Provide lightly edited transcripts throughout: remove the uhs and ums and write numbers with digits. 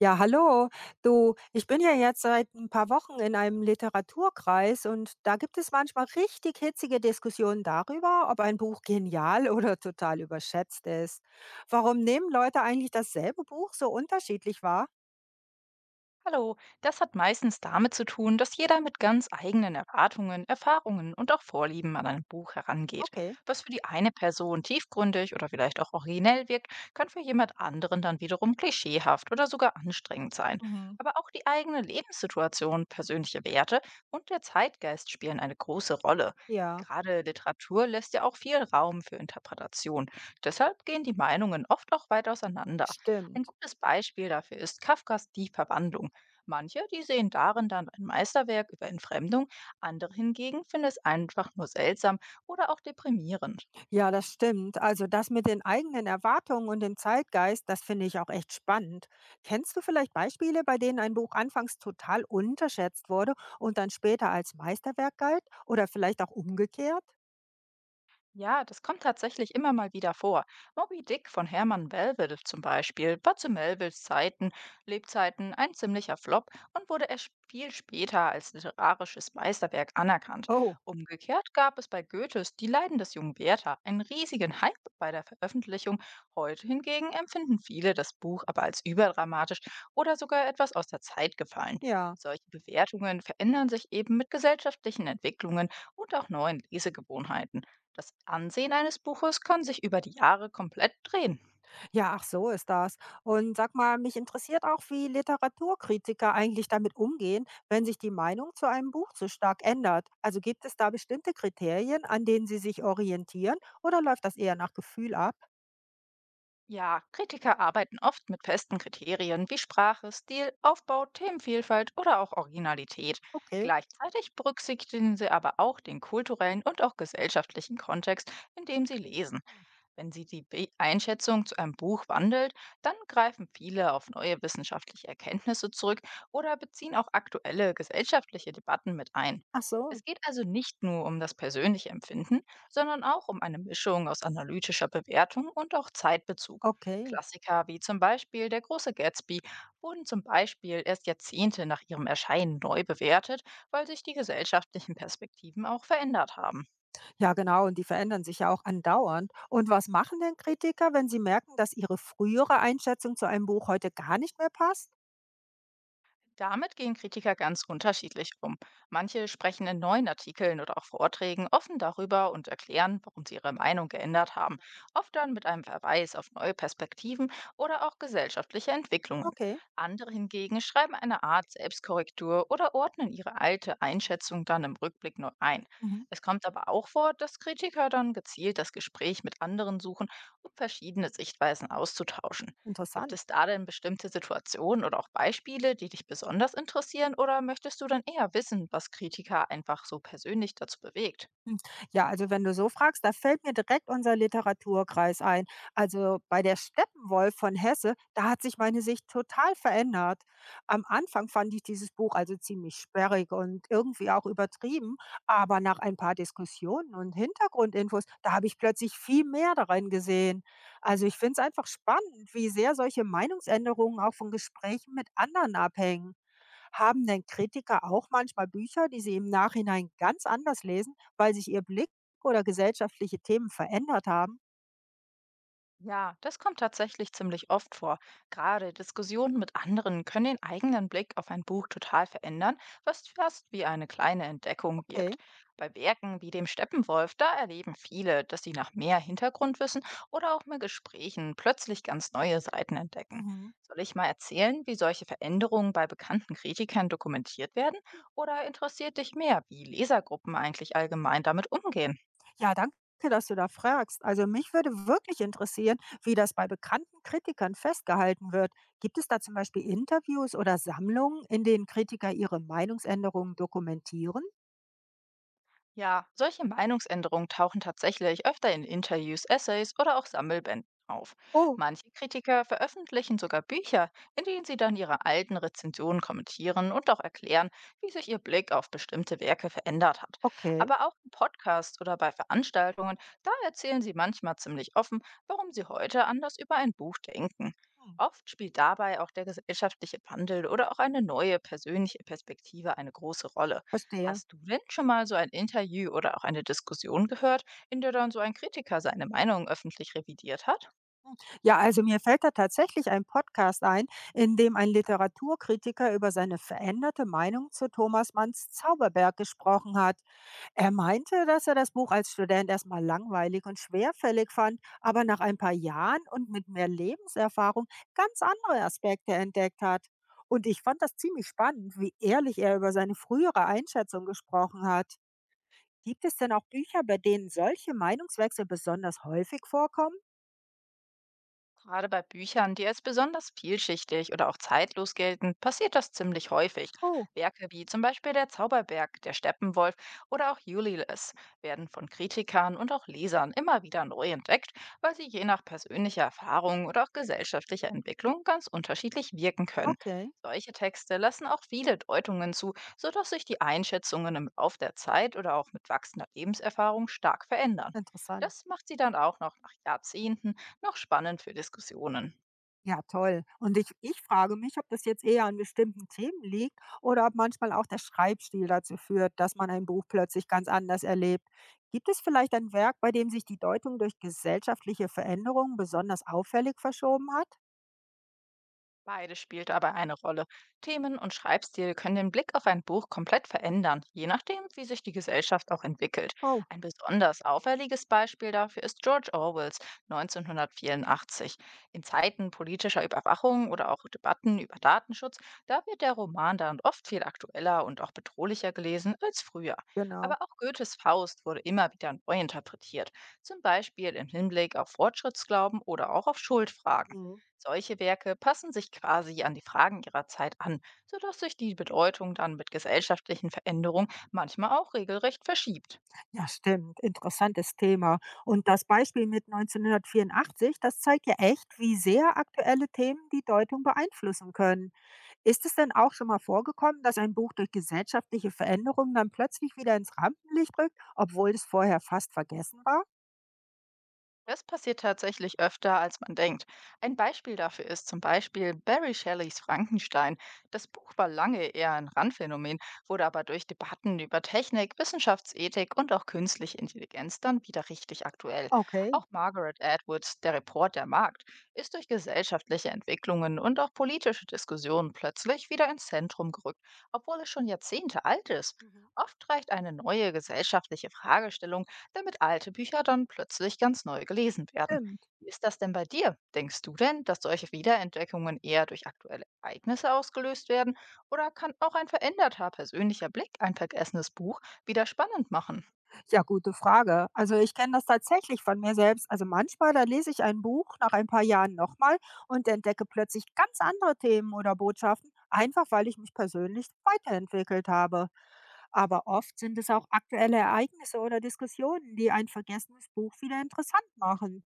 Ja, hallo. Du, ich bin ja jetzt seit ein paar Wochen in einem Literaturkreis und da gibt es manchmal richtig hitzige Diskussionen darüber, ob ein Buch genial oder total überschätzt ist. Warum nehmen Leute eigentlich dasselbe Buch so unterschiedlich wahr? Hallo, das hat meistens damit zu tun, dass jeder mit ganz eigenen Erwartungen, Erfahrungen und auch Vorlieben an ein Buch herangeht. Okay. Was für die eine Person tiefgründig oder vielleicht auch originell wirkt, kann für jemand anderen dann wiederum klischeehaft oder sogar anstrengend sein. Mhm. Aber auch die eigene Lebenssituation, persönliche Werte und der Zeitgeist spielen eine große Rolle. Ja, Gerade Literatur lässt ja auch viel Raum für Interpretation. Deshalb gehen die Meinungen oft auch weit auseinander. Ein stimmt. gutes Beispiel dafür ist Kafkas Die Verwandlung. Manche, die sehen darin dann ein Meisterwerk über Entfremdung, andere hingegen finden es einfach nur seltsam oder auch deprimierend. Ja, das stimmt. Also das mit den eigenen Erwartungen und dem Zeitgeist, das finde ich auch echt spannend. Kennst du vielleicht Beispiele, bei denen ein Buch anfangs total unterschätzt wurde und dann später als Meisterwerk galt? Oder vielleicht auch umgekehrt? Ja, das kommt tatsächlich immer mal wieder vor. Moby Dick von Hermann Melville zum Beispiel war zu Melvilles Zeiten, Lebzeiten ein ziemlicher Flop und wurde erst viel später als literarisches Meisterwerk anerkannt. Oh, Umgekehrt gab es bei Goethes Die Leiden des jungen Werther einen riesigen Hype bei der Veröffentlichung. Heute hingegen empfinden viele das Buch aber als überdramatisch oder sogar etwas aus der Zeit gefallen. ja. Solche Bewertungen verändern sich eben mit gesellschaftlichen Entwicklungen und auch neuen Lesegewohnheiten. Das Ansehen eines Buches kann sich über die Jahre komplett drehen. Ja, ach so ist das. Und sag mal, mich interessiert auch, wie Literaturkritiker eigentlich damit umgehen, wenn sich die Meinung zu einem Buch so stark ändert. Also gibt es da bestimmte Kriterien, an denen sie sich orientieren? Oder läuft das eher nach Gefühl ab? Ja, Kritiker arbeiten oft mit festen Kriterien wie Sprache, Stil, Aufbau, Themenvielfalt oder auch Originalität. Okay. Gleichzeitig berücksichtigen sie aber auch den kulturellen und auch gesellschaftlichen Kontext, in dem sie lesen. Wenn sie die Be Einschätzung zu einem Buch wandelt, dann greifen viele auf neue wissenschaftliche Erkenntnisse zurück oder beziehen auch aktuelle gesellschaftliche Debatten mit ein. Ach so. Es geht also nicht nur um das persönliche Empfinden, sondern auch um eine Mischung aus analytischer Bewertung und auch Zeitbezug. Okay, Klassiker wie zum Beispiel Der große Gatsby wurden zum Beispiel erst Jahrzehnte nach ihrem Erscheinen neu bewertet, weil sich die gesellschaftlichen Perspektiven auch verändert haben. ja, genau, und die verändern sich ja auch andauernd. Und was machen denn Kritiker, wenn sie merken, dass ihre frühere Einschätzung zu einem Buch heute gar nicht mehr passt? Damit gehen Kritiker ganz unterschiedlich um. Manche sprechen in neuen Artikeln oder auch Vorträgen offen darüber und erklären, warum sie ihre Meinung geändert haben, oft dann mit einem Verweis auf neue Perspektiven oder auch gesellschaftliche Entwicklungen. Okay, Andere hingegen schreiben eine Art Selbstkorrektur oder ordnen ihre alte Einschätzung dann im Rückblick neu ein. mhm. Es kommt aber auch vor, dass Kritiker dann gezielt das Gespräch mit anderen suchen, um verschiedene Sichtweisen auszutauschen. Gibt Interessant. es da denn bestimmte Situationen oder auch Beispiele, die dich besonders interessieren, oder möchtest du dann eher wissen, was Kritiker einfach so persönlich dazu bewegt? Ja, also wenn du so fragst, da fällt mir direkt unser Literaturkreis ein. Also bei der Steppenwolf von Hesse, da hat sich meine Sicht total verändert. Am Anfang fand ich dieses Buch also ziemlich sperrig und irgendwie auch übertrieben, aber nach ein paar Diskussionen und Hintergrundinfos, da habe ich plötzlich viel mehr darin gesehen. Also ich finde es einfach spannend, wie sehr solche Meinungsänderungen auch von Gesprächen mit anderen abhängen. Haben denn Kritiker auch manchmal Bücher, die sie im Nachhinein ganz anders lesen? Weil sich ihr Blick oder gesellschaftliche Themen verändert haben? Ja, das kommt tatsächlich ziemlich oft vor. Gerade Diskussionen mit anderen können den eigenen Blick auf ein Buch total verändern, was fast wie eine kleine Entdeckung wirkt. Okay. Bei Werken wie dem Steppenwolf, da erleben viele, dass sie nach mehr Hintergrundwissen oder auch mehr Gesprächen plötzlich ganz neue Seiten entdecken. Mhm. Soll ich mal erzählen, wie solche Veränderungen bei bekannten Kritikern dokumentiert werden? Oder interessiert dich mehr, wie Lesergruppen eigentlich allgemein damit umgehen? Ja, danke, dass du da fragst. Also mich würde wirklich interessieren, wie das bei bekannten Kritikern festgehalten wird. Gibt es da zum Beispiel Interviews oder Sammlungen, in denen Kritiker ihre Meinungsänderungen dokumentieren? Ja, solche Meinungsänderungen tauchen tatsächlich öfter in Interviews, Essays oder auch Sammelbänden auf. Oh, Manche Kritiker veröffentlichen sogar Bücher, in denen sie dann ihre alten Rezensionen kommentieren und auch erklären, wie sich ihr Blick auf bestimmte Werke verändert hat. okay. Aber auch in Podcasts oder bei Veranstaltungen, da erzählen sie manchmal ziemlich offen, warum sie heute anders über ein Buch denken. Hm, Oft spielt dabei auch der gesellschaftliche Wandel oder auch eine neue persönliche Perspektive eine große Rolle. verstehe. Hast du denn schon mal so ein Interview oder auch eine Diskussion gehört, in der dann so ein Kritiker seine Meinung öffentlich revidiert hat? Ja, also mir fällt da tatsächlich ein Podcast ein, in dem ein Literaturkritiker über seine veränderte Meinung zu Thomas Manns Zauberberg gesprochen hat. Er meinte, dass er das Buch als Student erstmal langweilig und schwerfällig fand, aber nach ein paar Jahren und mit mehr Lebenserfahrung ganz andere Aspekte entdeckt hat. Und ich fand das ziemlich spannend, wie ehrlich er über seine frühere Einschätzung gesprochen hat. Gibt es denn auch Bücher, bei denen solche Meinungswechsel besonders häufig vorkommen? Gerade bei Büchern, die als besonders vielschichtig oder auch zeitlos gelten, passiert das ziemlich häufig. Oh, Werke wie zum Beispiel Der Zauberberg, Der Steppenwolf oder auch Ulysses werden von Kritikern und auch Lesern immer wieder neu entdeckt, weil sie je nach persönlicher Erfahrung oder auch gesellschaftlicher Entwicklung ganz unterschiedlich wirken können. okay, Solche Texte lassen auch viele Deutungen zu, sodass sich die Einschätzungen im Lauf der Zeit oder auch mit wachsender Lebenserfahrung stark verändern. interessant. Das macht sie dann auch noch nach Jahrzehnten noch spannend für Diskussionen. Ja, toll. Und ich frage mich, ob das jetzt eher an bestimmten Themen liegt oder ob manchmal auch der Schreibstil dazu führt, dass man ein Buch plötzlich ganz anders erlebt. Gibt es vielleicht ein Werk, bei dem sich die Deutung durch gesellschaftliche Veränderungen besonders auffällig verschoben hat? Beides spielt dabei eine Rolle. Themen und Schreibstil können den Blick auf ein Buch komplett verändern, je nachdem, wie sich die Gesellschaft auch entwickelt. Oh, Ein besonders auffälliges Beispiel dafür ist George Orwells 1984. In Zeiten politischer Überwachung oder auch Debatten über Datenschutz, da wird der Roman dann oft viel aktueller und auch bedrohlicher gelesen als früher. genau. Aber auch Goethes Faust wurde immer wieder neu interpretiert, zum Beispiel im Hinblick auf Fortschrittsglauben oder auch auf Schuldfragen. Mhm. Solche Werke passen sich quasi an die Fragen ihrer Zeit an, sodass sich die Bedeutung dann mit gesellschaftlichen Veränderungen manchmal auch regelrecht verschiebt. Ja, stimmt. Interessantes Thema. Und das Beispiel mit 1984, das zeigt ja echt, wie sehr aktuelle Themen die Deutung beeinflussen können. Ist es denn auch schon mal vorgekommen, dass ein Buch durch gesellschaftliche Veränderungen dann plötzlich wieder ins Rampenlicht rückt, obwohl es vorher fast vergessen war? Das passiert tatsächlich öfter, als man denkt. Ein Beispiel dafür ist zum Beispiel Barry Shelleys Frankenstein. Das Buch war lange eher ein Randphänomen, wurde aber durch Debatten über Technik, Wissenschaftsethik und auch künstliche Intelligenz dann wieder richtig aktuell. Okay. Auch Margaret Atwoods Der Report der Markt ist durch gesellschaftliche Entwicklungen und auch politische Diskussionen plötzlich wieder ins Zentrum gerückt, obwohl es schon Jahrzehnte alt ist. Mhm. Oft reicht eine neue gesellschaftliche Fragestellung damit alte Bücher dann plötzlich ganz neu gelesen werden. Stimmt. Wie ist das denn bei dir? Denkst du denn, dass solche Wiederentdeckungen eher durch aktuelle Ereignisse ausgelöst werden? Oder kann auch ein veränderter persönlicher Blick ein vergessenes Buch wieder spannend machen? Ja, gute Frage. Also ich kenne das tatsächlich von mir selbst. Also manchmal, da lese ich ein Buch nach ein paar Jahren nochmal und entdecke plötzlich ganz andere Themen oder Botschaften, einfach weil ich mich persönlich weiterentwickelt habe. Aber oft sind es auch aktuelle Ereignisse oder Diskussionen, die ein vergessenes Buch wieder interessant machen.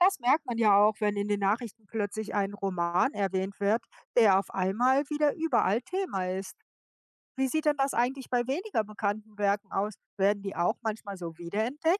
Das merkt man ja auch, wenn in den Nachrichten plötzlich ein Roman erwähnt wird, der auf einmal wieder überall Thema ist. Wie sieht denn das eigentlich bei weniger bekannten Werken aus? Werden die auch manchmal so wiederentdeckt?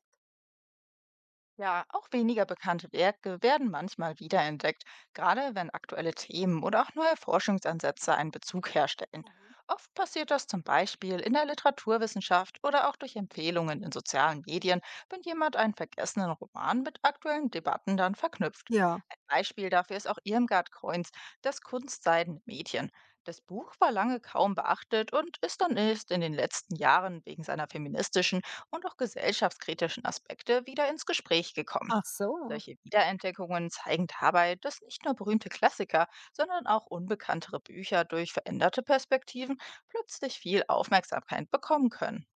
Ja, auch weniger bekannte Werke werden manchmal wiederentdeckt, gerade wenn aktuelle Themen oder auch neue Forschungsansätze einen Bezug herstellen. Mhm. Oft passiert das zum Beispiel in der Literaturwissenschaft oder auch durch Empfehlungen in sozialen Medien, wenn jemand einen vergessenen Roman mit aktuellen Debatten dann verknüpft. Ja. Ein Beispiel dafür ist auch Irmgard Kreuz, Das Kunstseidene Mädchen. Das Buch war lange kaum beachtet und ist dann erst in den letzten Jahren wegen seiner feministischen und auch gesellschaftskritischen Aspekte wieder ins Gespräch gekommen. Ach so. Solche Wiederentdeckungen zeigen dabei, dass nicht nur berühmte Klassiker, sondern auch unbekanntere Bücher durch veränderte Perspektiven plötzlich viel Aufmerksamkeit bekommen können.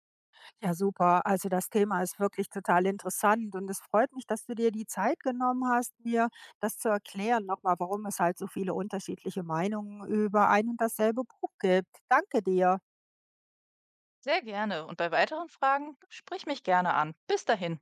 Ja, super. Also das Thema ist wirklich total interessant und es freut mich, dass du dir die Zeit genommen hast, mir das zu erklären, nochmal, warum es halt so viele unterschiedliche Meinungen über ein und dasselbe Buch gibt. Danke dir. Sehr gerne und bei weiteren Fragen sprich mich gerne an. Bis dahin.